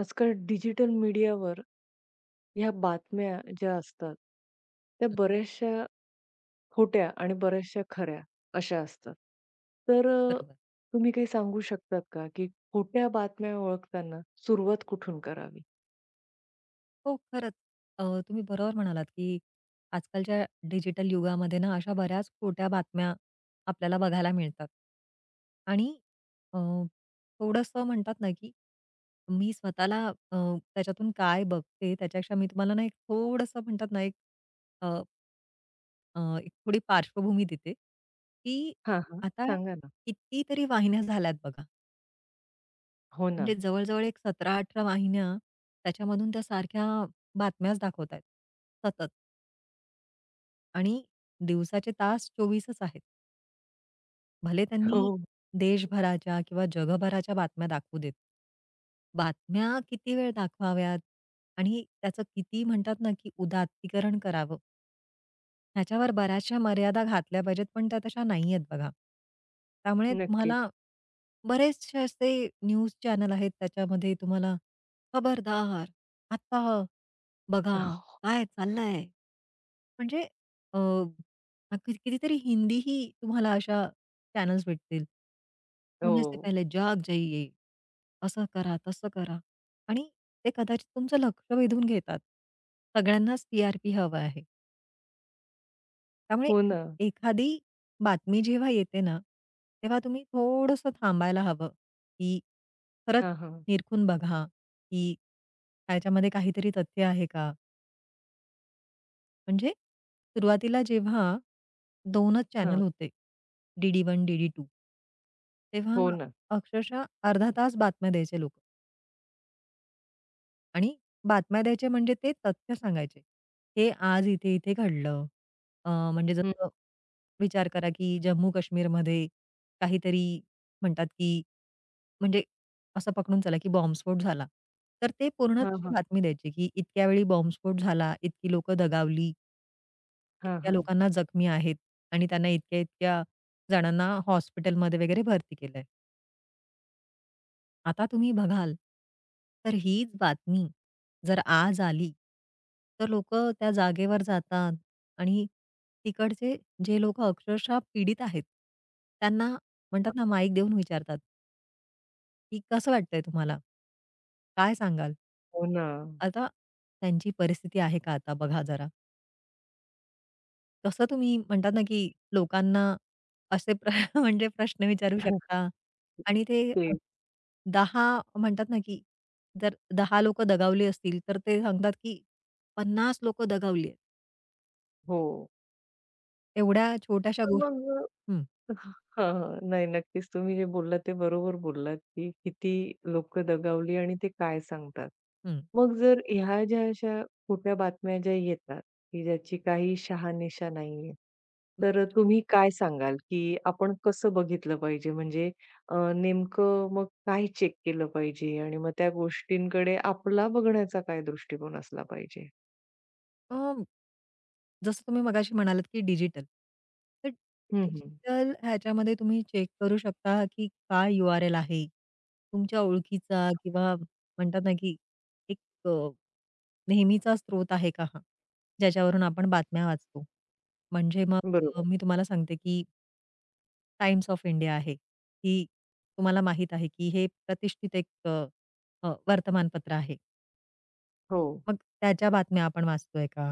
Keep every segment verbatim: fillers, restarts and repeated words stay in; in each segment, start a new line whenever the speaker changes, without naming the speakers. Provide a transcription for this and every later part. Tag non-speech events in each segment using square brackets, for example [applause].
आजकाल डिजिटल मीडियावर ह्या बातम्या ज्या असतात, त्या बऱ्याचशा खोट्या आणि बऱ्याचशा खऱ्या अशा असतात. तर अ,
बरोबर.
तुम्ही काही सांगू शकतात का, की खोट्या बातम्या ओळखताना सुरुवात कुठून करावी?
हो, खरंच. अ, तुम्ही बरोबर म्हणालात, की आजकालच्या डिजिटल युगामध्ये ना, अशा बऱ्याच खोट्या बातम्या आपल्याला बघायला मिळतात. आणि अ, थोडंसं म्हणतात ना, की मी स्वतःला अ, त्याच्यातून काय बघते, त्याच्यापेक्षा मी तुम्हाला ना, एक थोडंसं म्हणतात ना, एक अ, अ, एक थोडी पार्श्वभूमी देते, की
हां, हां.
आता
सांगा ना.
कितीतरी वाहिन्या झाल्यात बघा.
हो ना.
म्हणजे जवळ-जवळ एक सतरा अठरा वाहिन्या त्याच्यामधून त्या सारख्या बातम्याच दाखवतायत, सतत आणि दिवसाचे तास चोवीसच आहेत. भले त्यांनी
हो,
देशभराच्या किंवा जगभराच्या बातम्या दाखवू देत. बातम्या किती वेळ दाखवाव्यात आणि त्याचं किती म्हणतात ना, की उदात्तीकरण करावं. ह्याच्यावर बऱ्याचशा मर्यादा घातल्या पाहिजेत, पण त्या तशा नाहीयेत बघा. त्यामुळे
नक्कीच.
तुम्हाला बरेचसे असे न्यूज चॅनल आहेत, त्याच्यामध्ये तुम्हाला खबरदार, आता बघा, काय चाललंय. म्हणजे अ, किती कितीतरी हिंदीही तुम्हाला अशा चॅनल्स भेटतील. सोने से
हो.
पहले जाग जाइये, असं करा, तसं करा आणि ते कदाचित तुमचं लक्ष वेधून घेतात. सगळ्यांनाच टी-आर-पी हवं आहे. त्यामुळे
हो
ए
ना.
एखादी बातमी जेव्हा येते ना, तेव्हा तुम्ही थोडंसं थांबायला हवं, की खरंच
हां, हां.
निरखून बघा, की त्याच्यामध्ये काहीतरी तथ्य आहे का? म्हणजे सुरुवातीला जेव्हा दोनच चॅनल
हां.
होते, डी-डी एक, डी-डी दोन तेव्हा
हो ना.
अक्षरशः अर्धा तास बातम्या द्यायचे लोकं. आणि बातम्या द्यायच्या म्हणजे ते तथ्य सांगायचे. हे आज इथे-इथे घडलं. अ, म्हणजे
हं.
जसं विचार करा, की जम्मू-काश्मीरमध्ये काहीतरी म्हणतात, की म्हणजे असं पकडून चला, की बॉम्बस्फोट झाला. तर ते पूर्ण
हां,
तशी
हां.
बातमी द्यायची, की इतक्या वेळी बॉम्बस्फोट झाला, इतकी लोकं दगावली,
हां,
इतक्या
हां.
लोकांना जखमी आहेत आणि त्यांना इतक्या-इतक्या जणांना हॉस्पिटलमध्ये वगैरे भरती केलंय. आता तुम्ही बघाल, तर हीच बातमी जर आज आली, तर लोक त्या जागेवर जातात आणि तिकडचे जे लोक अक्षरशः पीडित आहेत, त्यांना म्हणतात ना माईक देऊन विचारतात, की "कसं वाटतंय तुम्हाला? काय सांगाल?"
हो ना.
आता त्यांची परिस्थिती आहे का आता बघा जरा. कसं तुम्ही म्हणतात ना, की लोकांना असे प्र [laughs] म्हणजे प्रश्न विचारू
[laughs]
शकता आणि ते अ,
तेच.
दहा म्हणतात ना, की जर दहा लोकं दगावली असतील, तर ते सांगतात, की पन्नास लोकं दगावली आहेत.
हो.
एवढ्या छोट्याशा
तर मग
गोष्टी हं,
हां, हां. नाही, नक्कीच तुम्ही जे बोललात ते बरोबर बोललात, की किती लोकं दगावली आणि ते काय सांगतात.
हं.
मग जर ह्या ज्या अशा खोट्या बातम्या ज्या येतात, की ज्याची काही शहानिशा नाहीये, तर
बरोबर.
तुम्ही काय सांगाल, की आपण कसं बघितलं पाहिजे? म्हणजे अ, नेमकं मग काय चेक केलं पाहिजे आणि मग त्या गोष्टींकडे आपला बघण्याचा काय दृष्टिकोन असला पाहिजे?
जसं तुम्ही मगाशी म्हणालात, की डिजिटल. तर
हं, हं.
डिजिटल ह्याच्यामध्ये तुम्ही चेक करू शकता, की काय यू-आर-एल आहे. तुमच्या ओळखीचा किंवा म्हणतात ना, की एक अ, नेहमीचा स्रोत आहे का हा? ज्याच्यावरून आपण बातम्या वाचतो. म्हणजे मग अ,
बरोबर.
मी तुम्हाला सांगते, की टाइम्स ऑफ इंडिया आहे, की तुम्हाला माहीत आहे, की हे प्रतिष्ठित एक अ, अ, वर्तमानपत्र आहे.
हो.
मग त्याच्या बातम्या आपण वाचतोय का?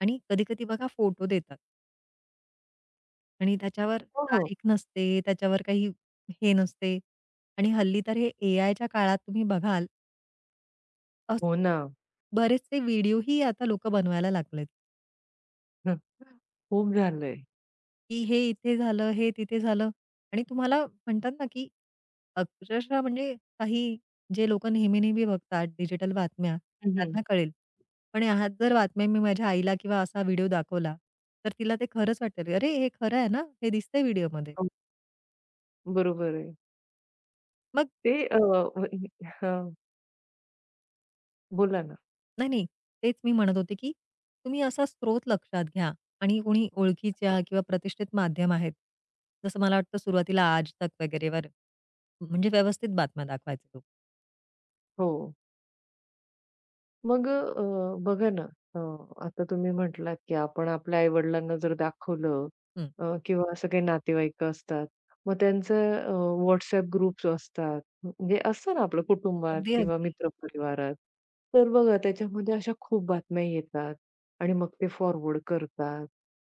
आणि कधी-कधी बघा फोटो देतात. आणि त्याच्यावर
हो, हो.
तारीख नसते, त्याच्यावर काही हे नसते. आणि हल्ली तर हे एआयच्या काळात तुम्ही बघाल,
हो
असे
ना.
बरेचसे व्हिडिओही आता लोकं बनवायला लागलेत,
हं. खूप झालंय.
की हे इथे झालं, हे तिथे झालं आणि तुम्हाला म्हणतात ना, की अक्षरशः म्हणजे काही जे लोकं नेहमी-नेहमी बघतात डिजिटल बातम्या,
हं, हं.
त्यांना कळेल. पण ह्यात जर बातम्या मी माझ्या आईला किंवा असा व्हिडिओ दाखवला, तर तिला ते खरंच वाटेल, "अरे, हे खरं आहे ना? हे दिसतंय व्हिडिओमध्ये."
बरोबर आहे.
मग
ते अ, हां, बोला ना.
नाही, नाही. तेच मी म्हणत होते, की तुम्ही असा स्रोत लक्षात घ्या आणि कोणी ओळखीच्या किंवा प्रतिष्ठित माध्यम आहेत. जसं मला वाटतं सुरुवातीला आज तक वगैरेवर म्हणजे व्यवस्थित बातम्या दाखवायचे लोक.
हो. मग अ, बघा ना, अ, आता तुम्ही म्हटलात, की आपण आपल्या आई-वडिलांना जर दाखवलं
हं.
अ, किंवा असं काही नातेवाईक असतात, मग त्यांचं अ, ग्रुप्स असतात. म्हणजे असतं ना आपलं कुटुंबात
अगदी,
किंवा
अगदी.
मित्रपरिवारात. तर बघा त्याच्यामध्ये अशा खूप बातम्या येतात आणि मग ते फॉरवर्ड करतात.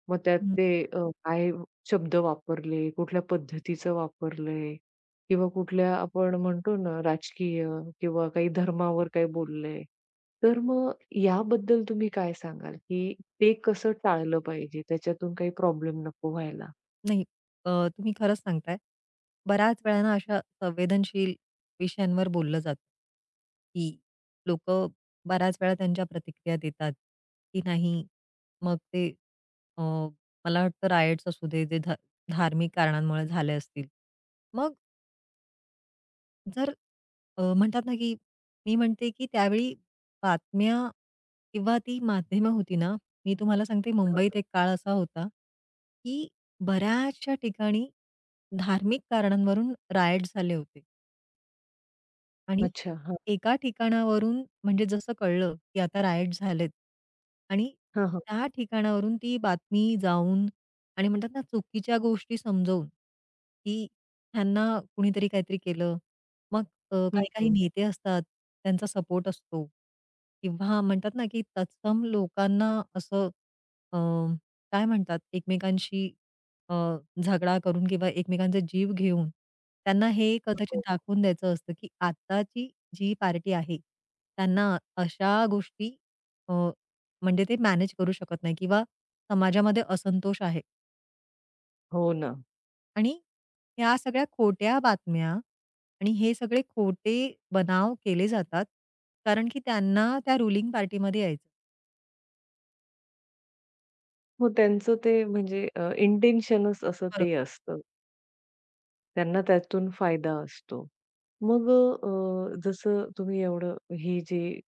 मग त्यात ते अ, काय शब्द वापरले, कुठल्या पद्धतीचं वापरलंय किंवा कुठल्या आपण म्हणतो ना राजकीय किंवा काही धर्मावर काही बोललंय. तर मग याबद्दल तुम्ही काय सांगाल, की ते कसं टाळलं पाहिजे? त्याच्यातून काही प्रॉब्लेम नको व्हायला?
नाही, अ, तुम्ही खरंच सांगताय. बऱ्याच वेळा ना अशा संवेदनशील विषयांवर बोललं जातं, की लोकं बऱ्याच वेळा त्यांच्या प्रतिक्रिया देतात, की नाही. मग ते अ, मला वाटतं रायट्स असू दे, जे धा धार्मिक कारणांमुळे झाले असतील. मग जर अ, म्हणतात ना, की मी म्हणते, की त्यावेळी बातम्या किंवा ती माध्यमं होती ना, मी तुम्हाला सांगते मुंबईत एक काळ असा होता, की बऱ्याचशा ठिकाणी धार्मिक कारणांवरून रायट्स झाले होते आणि
अच्छा. हां.
एका ठिकाणावरून म्हणजे जसं कळलं, की आता रायट झालेत आणि
हां, हां.
त्या ठिकाणावरून ती बातमी जाऊन आणि म्हणतात ना, चुकीच्या गोष्टी समजवून, की ह्यांना कुणीतरी काहीतरी केलं. मग अ,
हं,
काही-काही
हं.
नेते असतात, त्यांचा सपोर्ट असतो किंवा म्हणतात ना, की तत्सम लोकांना असं अ, काय म्हणतात, एकमेकांशी अ, झगडा करून किंवा एकमेकांचा जीव घेऊन त्यांना हे कदाचित
हो.
दाखवून द्यायचं असतं, की आत्ताची जी पार्टी आहे, त्यांना अशा गोष्टी अ, म्हणजे ते मॅनेज करू शकत नाही किंवा समाजामध्ये असंतोष आहे
हो ना.
आणि ह्या सगळ्या खोट्या बातम्या आणि हे सगळे खोटे बनाव केले जातात, कारण की त्यांना त्या रुलिंग पार्टीमध्ये यायचं.
मग त्यांचं ते म्हणजे अ, इंटेन्शनच असं ते
बरोबर,
असतं. त्यांना त्यातून फायदा असतो. मग अ, जसं तुम्ही एवढं ही जी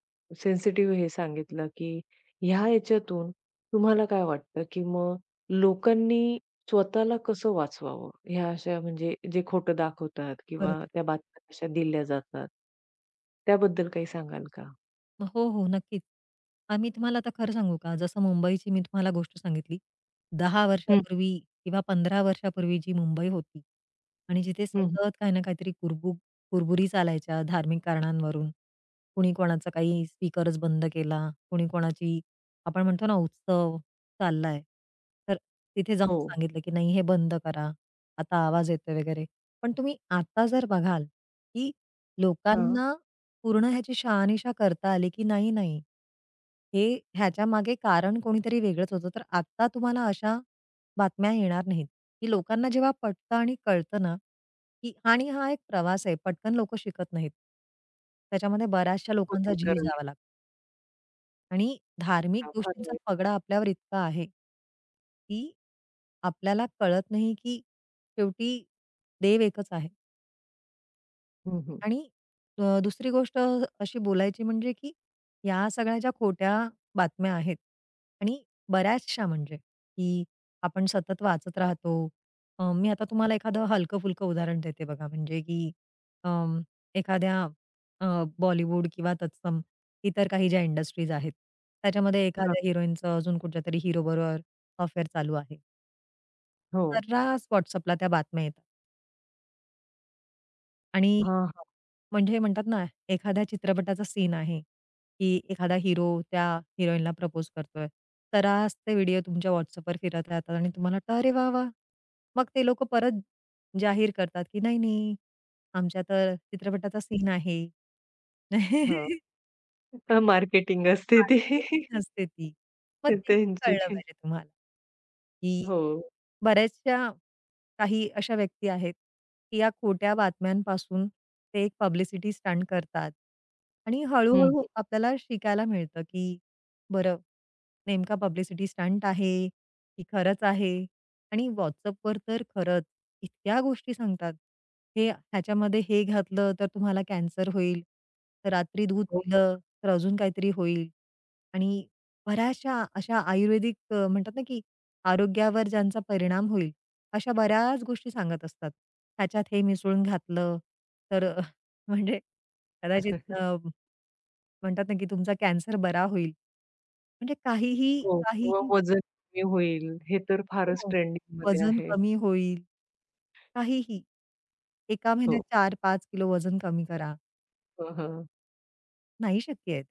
सेन्सिटिव्ह हे सांगितलं, की ह्या याच्यातून तुम्हाला काय वाटतं, की मग लोकांनी स्वतःला कसं वाचवावं? ह्या अशा म्हणजे जे खोटं दाखवतात किंवा
बरोबर.
त्या बातम्या अशा दिल्या जातात. त्याबद्दल काही सांगाल का?
हो, हो. नक्कीच. आम्ही तुम्हाला आता खरं सांगू का? जसं मुंबईची मी तुम्हाला गोष्ट सांगितली. दहा
हं,
वर्षापूर्वी किंवा पंधरा वर्षापूर्वी जी मुंबई होती आणि जिथे
हं, हं.
सतत काही ना काहीतरी कुरबुर कुरबुरी चालायच्या धार्मिक कारणांवरून. कुणी कोणाचा काही स्पीकरच बंद केला, कुणी कोणाची आपण म्हणतो ना उत्सव चाललाय. तर तिथे जाऊन
हो.
सांगितलं की "नाही हे बंद करा. आता आवाज येतोय" वगैरे. पण तुम्ही आता जर बघाल की
हां.
लोकांना पूर्ण ह्याची शहानिशा करता आली, की नाही, नाही. हे ह्याच्या मागे कारण कोणीतरी वेगळंच होतं. तर आत्ता तुम्हाला अशा बातम्या येणार नाहीत, की लोकांना जेव्हा पटतं आणि कळतं ना, की आणि हा एक प्रवास आहे. पटकन लोकं शिकत नाहीत. त्याच्यामध्ये बऱ्याचशा लोकांचा
होती
जीव
करायला
जावा लागतो आणि धार्मिक
फार
गोष्टींचा
वाईट.
पगडा आपल्यावर इतका आहे, की आपल्याला कळत नाही, की शेवटी देव एकच आहे.
हं, हं.
आणि अ, दुसरी गोष्ट अशी बोलायची म्हणजे, की या सगळ्या ज्या खोट्या बातम्या आहेत आणि बऱ्याचशा म्हणजे, की आपण सतत वाचत राहतो. अ, मी आता तुम्हाला एखादं हलकं-फुलकं उदाहरण देते बघा, म्हणजे की अं, एखाद्या अ, बॉलिवूड किंवा तत्सम इतर काही ज्या इंडस्ट्रीज आहेत, त्याच्यामध्ये
हां.
एखाद्या हिरोईनचं अजून कुठच्यातरी हिरोबरोबर अफेअर चालू आहे.
हो.
सर्रास WhatsAppला त्या बातम्या येतात आणि
हां, हां.
म्हणजे म्हणतात ना, एखाद्या चित्रपटाचा सीन आहे, की एखादा हिरो त्या हिरोईनला प्रपोज करतोय. सर्रास ते व्हिडिओ तुमच्या WhatsAppवर फिरत राहतात आणि तुम्हाला वाटतं, "अरे वाह, वाह!" मग ते लोकं परत जाहीर करतात, की "नाही, नाही, आमच्या तर चित्रपटाचा सीन आहे."
हां.
[laughs]
मार्केटिंग असते ती.
मार्केटिंग असते ती. मग तेही
त्यांची
कळलं पाहिजे तुम्हाला, की
हो.
बऱ्याचशा काही अशा व्यक्ती आहेत, की या खोट्या बातम्यांपासून ते एक पब्लिसिटी स्टंट करतात आणि
हं,
हळू-हळू
हं.
आपल्याला शिकायला मिळतं, की बरं नेमका पब्लिसिटी स्टंट आहे, की खरंच आहे आणि WhatsAppवर तर खरंच इतक्या गोष्टी सांगतात. हे ह्याच्यामध्ये हे घातलं तर तुम्हाला कॅन्सर होईल, तर रात्री दूध
हो.
पिलं तर अजून काहीतरी होईल आणि बऱ्याचशा अशा आयुर्वेदिक अ, म्हणतात ना, की आरोग्यावर ज्यांचा परिणाम होईल, अशा बऱ्याच गोष्टी सांगत असतात. ह्याच्यात हे मिसळून घातलं, तर अ, [laughs] म्हणजे कदाचित
[laughs]
अ, म्हणतात ना, की तुमचा कॅन्सर बरा होईल. म्हणजे काहीही
हो. किंवा
काहीही
वजन कमी होईल, हे तर फारच
हो,
ट्रेंडिंगमध्ये
वजन
आहे.
कमी होईल, काहीही. एका
हो.
महिन्यात चार पाच किलो वजन कमी करा.
हं, हं.
नाही शक्य आहे. ते.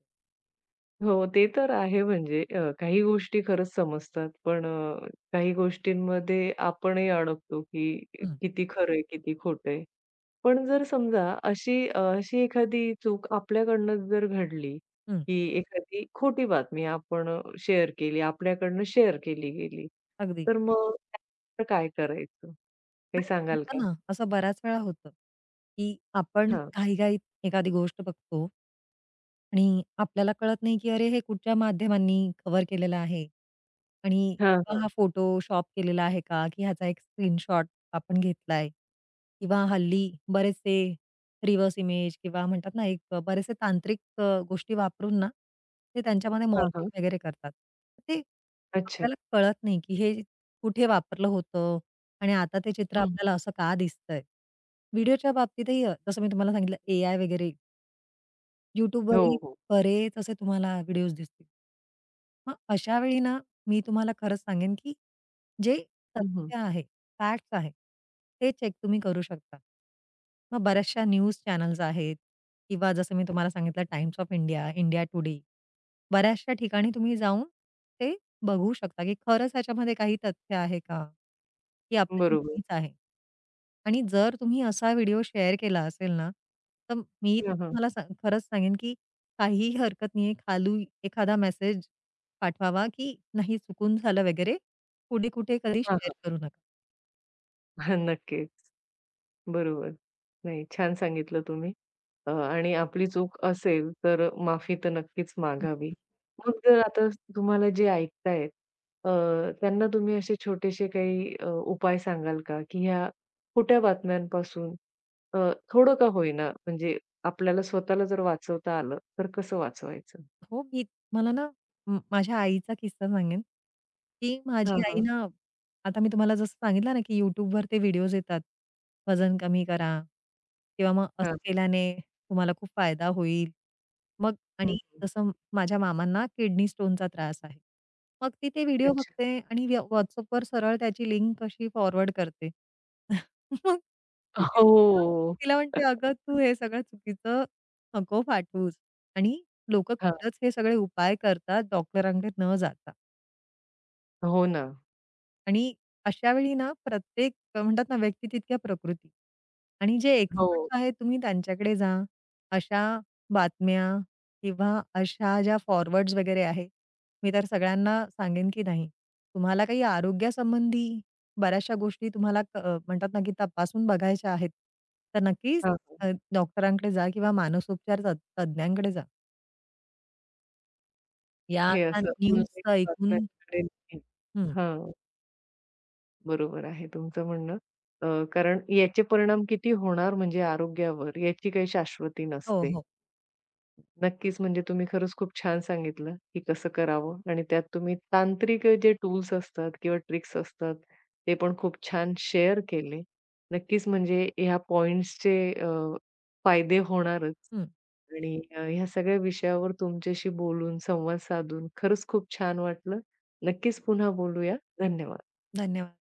हो, ते तर आहे म्हणजे अ, काही गोष्टी खरंच समजतात. पण अ, काही गोष्टींमध्ये आपणही अडकतो, की
हं,
किती खरं आहे, किती खोटं आहे. पण जर समजा अशी अ, अशी एखादी चूक आपल्याकडनं जर घडली,
हं.
की एखादी खोटी बातमी आपण अ, शेअर केली, आपल्याकडनं शेअर केली गेली,
अगदी.
तर मग त्यानंतर काय करायचं? काही
नाही,
सांगाल
होतं
का?
ना, असं बऱ्याच वेळा होतं, की आपण
हां.
घाईघाईत एखादी गोष्ट बघतो आणि आपल्याला कळत नाही, की अरे हे कुठच्या माध्यमांनी कव्हर केलेलं आहे आणि
हां,
किंवा हा
हां.
फोटोशॉप केलेला आहे का? की ह्याचा एक स्क्रीनशॉट आपण घेतलाय किंवा हल्ली बरेचसे रिव्हर्स इमेज किंवा म्हणतात ना, एक बरेचसे तांत्रिक अ, गोष्टी वापरून ना, ते त्यांच्यामध्ये
हां, हां.
मॉर्फिंग वगैरे करतात. ते
अच्छा.
आपल्याला कळत नाही, की हे कुठे वापरलं होतं? आणि आता ते चित्र
हं.
आपल्याला असं का दिसतंय? व्हिडिओच्या बाबतीतही अ, जसं मी तुम्हाला सांगितलं एआय वगैरे,
हो,
YouTubeवरही
हो.
बरेच असे तुम्हाला व्हिडिओज दिसतील. मग अशा वेळी ना, मी तुम्हाला खरंच सांगेन, की जे
हं,
सत्य आहे, फॅक्ट्स आहे, ते चेक तुम्ही करू शकता. मग बऱ्याचशा न्यूज चॅनल्स आहेत किंवा जसं मी तुम्हाला सांगितलं Times of India, India today, बऱ्याचशा ठिकाणी तुम्ही जाऊन ते बघू शकता, की खरंच ह्याच्यामध्ये काही तथ्य आहे का? की आपलं हे
बरोबर.
उगीच आहे. आणि जर तुम्ही असा व्हिडिओ शेअर केला असेल ना, तर मी तर
हां, हां.
तुम्हाला सांग खरंच सांगेन, की काहीही हरकत नाहीये. खाली एखादा मेसेज पाठवावा, की नाही चुकून झालं वगैरे. पुढे कुठे कधी
हां,
शेअर
हां.
करू नका.
[laughs] हां, नक्कीच. बरोबर. नाही, छान सांगितलं तुम्ही. अ, आणि आपली चूक असेल, तर माफी तर नक्कीच मागावी. मग जर आता तुम्हाला जे ऐकतायत, अ, त्यांना तुम्ही असे छोटेसे काही अ, उपाय सांगाल का, की ह्या खोट्या बातम्यांपासून अ, थोडं का होईना, म्हणजे आपल्याला स्वतःला जर वाचवता आलं, तर कसं वाचवायचं?
हो, मी तुम्हाला ना म माझ्या आईचा किस्सा सांगेन, की माझी
हां,
आई
हां.
ना आता मी तुम्हाला जसं सांगितलं ना, की YouTubeवर ते व्हिडिओज येतात, वजन कमी करा किंवा मग
हां.
असं केल्याने तुम्हाला खूप फायदा होईल. मग
हं,
आणि
हं.
जसं माझ्या मामांना किडनी स्टोनचा त्रास आहे. मग ती ते व्हिडिओ
अच्छा.
बघते आणि व्य WhatsAppवर सरळ त्याची लिंक अशी फॉरवर्ड करते. [laughs] मग ती-
हो.
तिला तिला म्हणते, "अगं, तू हे सगळं चुकीचं नको पाठवूस" आणि लोकं
हां.
खरंच हे सगळे उपाय करतात डॉक्टरांकडे न जाता
हो ना.
आणि अशा वेळी ना प्रत्येक अ, म्हणतात ना, व्यक्ती तितक्या प्रकृती आणि जे
हो.
एक्सपर्ट्स आहेत तुम्ही त्यांच्याकडे जा. अशा बातम्या किंवा अशा ज्या फॉरवर्ड्स वगैरे आहेत, मी तर सगळ्यांना सांगेन की नाही, तुम्हाला काही आरोग्यासंबंधी बऱ्याचशा गोष्टी तुम्हाला क अ, म्हणतात ना, की तपासून बघायच्या आहेत. तर नक्कीच
हां.
अ, डॉक्टरांकडे जा किंवा मानसोपचार तज्ञांकडे जा. या
हे
अशा
असं
न्यूज
ऑनलाईन
ऐकून
बातम्यांकडे नाही.
हं.
हां, बरोबर आहे तुमचं म्हणणं. अ, कारण याचे परिणाम किती होणार म्हणजे आरोग्यावर याची काही शाश्वती
हो,
नसते.
हो.
नक्कीच, म्हणजे तुम्ही खरंच खूप छान सांगितलं, की कसं करावं आणि त्यात तुम्ही तांत्रिक जे टूल्स असतात किंवा ट्रिक्स असतात, ते पण खूप छान शेअर केले. नक्कीच, म्हणजे ह्या पॉइंट्सचे अ, फायदे होणारच
हं.
आणि अ, ह्या सगळ्या विषयावर तुमच्याशी बोलून, संवाद साधून खरंच खूप छान वाटलं. नक्कीच पुन्हा बोलूया. धन्यवाद.
धन्यवाद.